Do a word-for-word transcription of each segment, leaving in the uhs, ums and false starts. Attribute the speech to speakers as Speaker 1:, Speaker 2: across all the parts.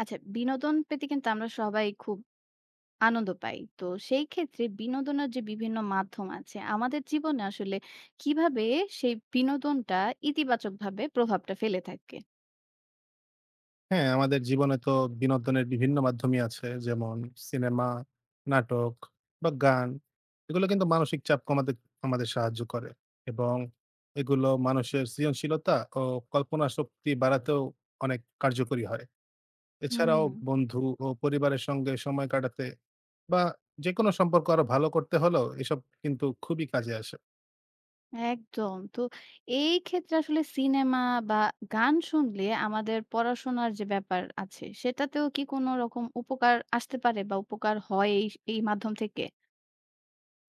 Speaker 1: আচ্ছা, বিনোদন পেতে কিন্তু আমরা সবাই খুব আনন্দ পাই। তো সেই ক্ষেত্রে বিনোদনের যে বিভিন্ন মাধ্যম আছে, আমাদের জীবনে আসলে কিভাবে সেই বিনোদনটা ইতিবাচকভাবে প্রভাবটা ফেলে থাকে?
Speaker 2: হ্যাঁ, আমাদের জীবনে তো বিনোদনের বিভিন্ন মাধ্যমই আছে। যেমন সিনেমা, নাটক বা গান। এগুলো কিন্তু মানসিক চাপ কমাতে আমাদের সাহায্য করে এবং এগুলো মানুষের সৃজনশীলতা ও কল্পনা শক্তি বাড়াতেও অনেক কার্যকরী হয়।
Speaker 1: হুম।
Speaker 2: এছাড়াও বন্ধু ও পরিবারের সঙ্গে সময় কাটাতে বা যেকোনো সম্পর্ক আরো ভালো করতে হলেও এসব কিন্তু খুবই কাজে আসে।
Speaker 1: একদম। তো এই ক্ষেত্রে আসলে সিনেমা বা গান শুনলে আমাদের পড়াশোনার যে ব্যাপার আছে, সেটাতেও কি কোনো রকম উপকার আসতে পারে বা উপকার হয় এই স এই মাধ্যম থেকে?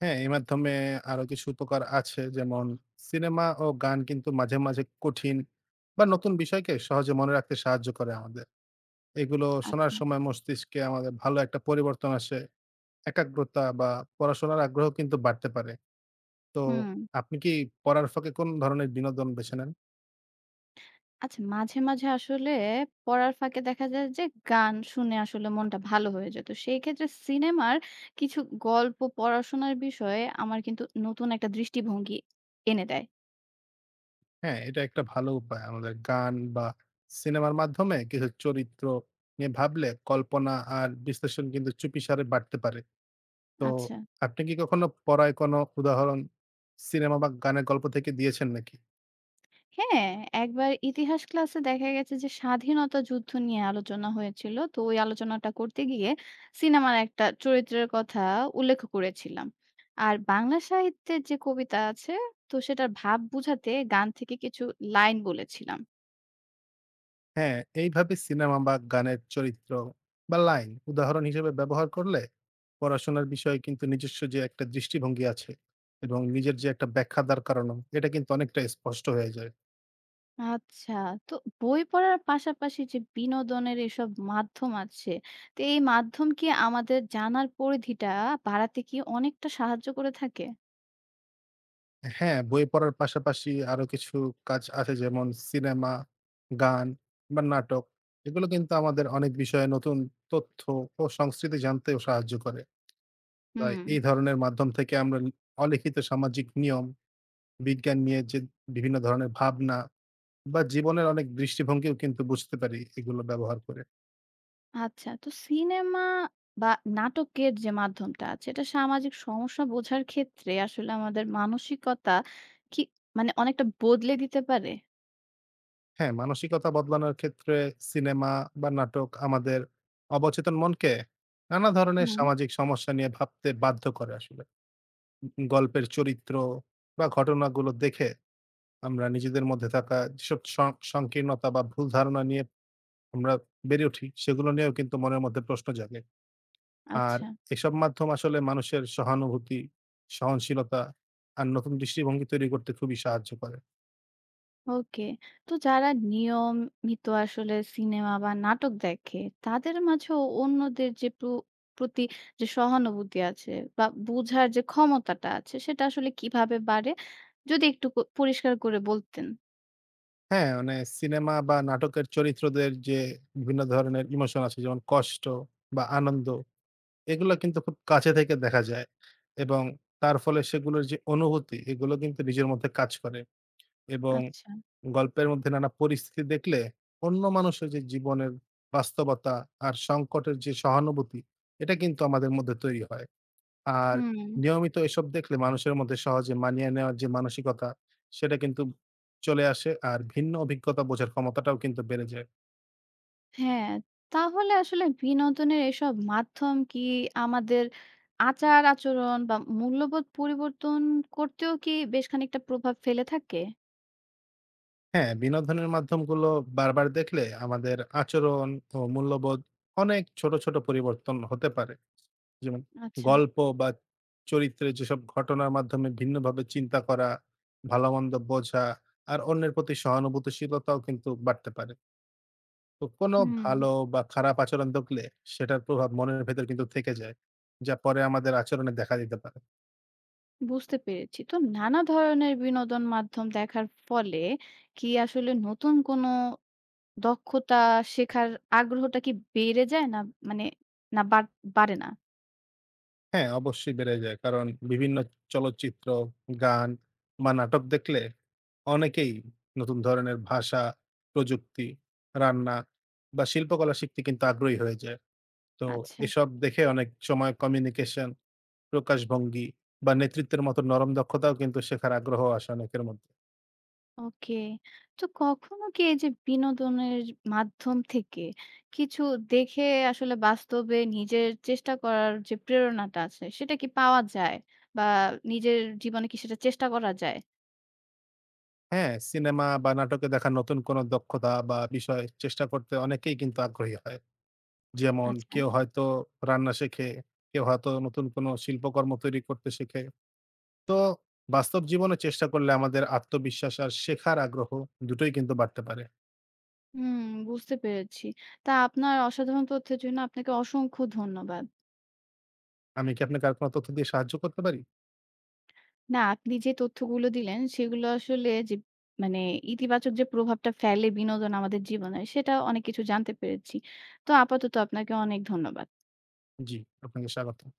Speaker 2: হ্যাঁ, এই মাধ্যমে আরো কিছু উপকার আছে। যেমন সিনেমা ও গান কিন্তু মাঝে, মাঝে কঠিন বা নতুন বিষয়কে সহজে মনে রাখতে সাহায্য করে আমাদের। এগুলো শোনার
Speaker 1: আচ্ছা।
Speaker 2: সময় মস্তিষ্কে আমাদের ভালো একটা পরিবর্তন আসে। একাগ্রতা বা পড়াশোনার আগ্রহ কিন্তু বাড়তে পারে। তো
Speaker 1: হুম।
Speaker 2: আপনি কি পড়ার ফাঁকে কোন ধরনের বিনোদন বেছে নেন?
Speaker 1: আচ্ছা, মাঝে, মাঝে আসলে পড়ার ফাঁকে দেখা যায় যে গান শুনে আসলে মনটা ভালো হয়ে যেত। সেই ক্ষেত্রে সিনেমার কিছু গল্প পড়াশোনার বিষয়ে আমার কিন্তু নতুন একটা দৃষ্টিভঙ্গি এনে দেয়।
Speaker 2: হ্যাঁ, এটা একটা ভালো উপায়। আমাদের গান বা সিনেমার মাধ্যমে কিছু চরিত্র নিয়ে ভাবলে কল্পনা আর বিশ্লেষণ কিন্তু চুপিসারে বাড়তে পারে। তো
Speaker 1: আচ্ছা।
Speaker 2: আপনি কি কখনো পড়ায় কোনো উদাহরণ সিনেমা বা গানের গল্প থেকে দিয়েছেন নাকি?
Speaker 1: হ্যাঁ, একবার ইতিহাস ক্লাসে দেখা গেছে যে স্বাধীনতা যুদ্ধ নিয়ে আলোচনা হয়েছিল। তো ওই আলোচনাটা করতে গিয়ে সিনেমার একটা চরিত্রের কথা উল্লেখ করেছিলাম। আর বাংলা সাহিত্যের যে কবিতা আছে তো সেটার ভাব বুঝাতে গান থেকে কিছু লাইন বলেছিলাম।
Speaker 2: হ্যাঁ, এইভাবে সিনেমা বা গানের চরিত্র বা লাইন উদাহরণ হিসেবে ব্যবহার করলে পড়াশোনার বিষয়ে কিন্তু নিজস্ব যে একটা দৃষ্টিভঙ্গি আছে এবং নিজের যে একটা ব্যাখ্যা দাঁড় করানো, এটা কিন্তু অনেকটা স্পষ্ট হয়ে যায়।
Speaker 1: আচ্ছা। তো বই পড়ার পাশাপাশি যে বিনোদনের এসব মাধ্যম আছে, তো এই মাধ্যম কি আমাদের জানার পরিধিটা বাড়াতে কি অনেকটা সাহায্য করে থাকে?
Speaker 2: হ্যাঁ, বই পড়ার পাশাপাশি আরো কিছু কাজ আছে যেমন সিনেমা, গান বা নাটক। এগুলো কিন্তু আমাদের অনেক বিষয়ে নতুন তথ্য ও সংস্কৃতি জানতেও সাহায্য করে। তাই
Speaker 1: হুম।
Speaker 2: এই ধরনের মাধ্যম থেকে আমরা লি অলিখিত সামাজিক নিয়ম, বিজ্ঞান নিয়ে যে বিভিন্ন ধরনের ভাবনা বা জীবনের অনেক দৃষ্টিভঙ্গিও কিন্তু বুঝতে পারি এগুলো ব্যবহার করে।
Speaker 1: আচ্ছা। তো সিনেমা বা নাটকের যে মাধ্যমটা আছে, এটা সামাজিক সমস্যা বোঝার ক্ষেত্রে আসলে আমাদের মানসিকতা কি মানে অনেকটা বদলে দিতে পারে?
Speaker 2: হ্যাঁ, মানসিকতা বদলানোর ক্ষেত্রে সিনেমা বা নাটক আমাদের অবচেতন মনকে নানা ধরনের
Speaker 1: হুম।
Speaker 2: সামাজিক সমস্যা নিয়ে ভাবতে বাধ্য করে আসলে। গল্পের চরিত্র বা ঘটনাগুলো দেখে আমরা নিজেদের মধ্যে থাকা যেসব সং সংকীর্ণতা বা ভুল ধারণা নিয়ে আমরা বেড়ে উঠি, সেগুলো নিয়েও কিন্তু মনের মধ্যে প্রশ্ন জাগে। আর
Speaker 1: আচ্ছা।
Speaker 2: এসব মাধ্যম আসলে মানুষের সহানুভূতি, সহনশীলতা আর নতুন দৃষ্টিভঙ্গি তৈরি করতে খুবই সাহায্য করে।
Speaker 1: ওকে। তো যারা নিয়মিত আসলে সিনেমা বা নাটক দেখে, তাদের মাঝেও অন্যদের যে প্র প্রতি যে সহানুভূতি আছে বা বুঝার যে ক্ষমতাটা আছে, সেটা আসলে কিভাবে বাড়ে? যদি একটু ক পরিষ্কার করে বলতেন।
Speaker 2: হ্যাঁ, মানে সিনেমা বা নাটকের চরিত্রদের যে বিভিন্ন ধরনের ইমোশন আছে, যেমন কষ্ট বা আনন্দ, এগুলা কিন্তু খুব কাছে থেকে দেখা যায় এবং তার ফলে সেগুলোর যে অনুভূতি, এগুলো কিন্তু নিজের মধ্যে কাজ করে। এবং
Speaker 1: আচ্ছা।
Speaker 2: গল্পের মধ্যে নানা পরিস্থিতি দেখলে অন্য মানুষের যে জীবনের বাস্তবতা আর সংকটের যে সহানুভূতি, এটা কিন্তু আমাদের মধ্যে তৈরি হয়। আর
Speaker 1: হুম।
Speaker 2: নিয়মিত এসব দেখলে মানুষের মধ্যে সহজে মানিয়ে নেওয়ার যে মানসিকতা, সেটা কিন্তু চলে আসে। আর ভিন্ন অভিজ্ঞতা বোঝার ক্ষমতাটাও কিন্তু বেড়ে যায়।
Speaker 1: হ্যাঁ। তাহলে আসলে বিনোদনের এসব মাধ্যম কি আমাদের আচার-আচরণ বা মূল্যবোধ পরিবর্তন করতেও কি বেশ খানিকটা প্রভাব ফেলে থাকে?
Speaker 2: হ্যাঁ, বিনোদনের মাধ্যমগুলো বারবার দেখলে আমাদের আচরণ ও মূল্যবোধ অনেক ছোট, ছোট পরিবর্তন হতে পারে। যেমন
Speaker 1: আচ্ছা।
Speaker 2: গল্প বা চরিত্রে যেসব ঘটনার মাধ্যমে ভিন্নভাবে চিন্তা করা, ভালোমন্দ বোঝা আর অন্যের প্রতি সহানুভূতিশীলতাও কিন্তু বাড়তে পারে। তো কোনো
Speaker 1: হুম।
Speaker 2: ভালো বা খারাপ আচরণ দেখলে সেটার প্রভাব মনের ভেতর কিন্তু থেকে যায়, যা পরে আমাদের আচরণে দেখা দিতে পারে।
Speaker 1: বুঝতে পেরেছি। তো নানা ধরনের বিনোদন মাধ্যম দেখার ফলে কি আসলে নতুন কোনো দক্ষতা শেখার আগ্রহটা কি বেড়ে যায়? না মানে না বা বাড়ে না?
Speaker 2: হ্যাঁ, অবশ্যই বেড়ে যায়। কারণ বিভিন্ন চলচ্চিত্র, গান বা নাটক দেখলে অনেকেই নতুন ধরনের ভাষা, প্রযুক্তি, রান্না বা শিল্পকলা শিখতে কিন্তু আগ্রহী হয়ে যায়। তো
Speaker 1: আচ্ছা।
Speaker 2: এসব দেখে অনেক সময় কমিউনিকেশন, প্রকাশভঙ্গি বা নেতৃত্বের মতো নরম দক্ষতাও কিন্তু শেখার আগ্রহ আসে অনেকের মধ্যে।
Speaker 1: ওকে। তো কখনো কি এই যে বিনোদনের মাধ্যম থেকে কিছু দেখে আসলে বাস্তবে নিজের চেষ্টা করার যে প্রেরণাটা আছে সেটা কি পাওয়া যায়? বা নিজের জীবনে কি সেটা চেষ্টা করা যায়?
Speaker 2: হ্যাঁ, সিনেমা বা নাটকে দেখা নতুন কোনো দক্ষতা বা বিষয় চেষ্টা করতে অনেকেই কিন্তু আগ্রহী হয়। যেমন
Speaker 1: আচ্ছা।
Speaker 2: কেউ হয়তো রান্না শেখে, কেউ হয়তো নতুন কোনো শিল্পকর্ম তৈরি করতে শেখে। তো বাস্তব জীবনে চেষ্টা করলে আমাদের আত্মবিশ্বাস আর শেখার আগ্রহ দুটোই কিন্তু বাড়তে পারে।
Speaker 1: হুম, বুঝতে পেরেছি। তা আপনার অসাধারণ তথ্যের জন্য আপনাকে অসংখ্য ধন্যবাদ।
Speaker 2: আমি কি আপনাকে আর কোনো তথ্য দিয়ে সাহায্য করতে পারি?
Speaker 1: না, আপনি যে তথ্যগুলো দিলেন সেগুলো আসলে যে মানে ইতিবাচক যে প্রভাবটা ফেলে বিনোদন আমাদের জীবনে সেটা অনেক কিছু জানতে পেরেছি। তো আপাতত আপনাকে অনেক ধন্যবাদ।
Speaker 2: জি, আপনাকে স্বাগতম।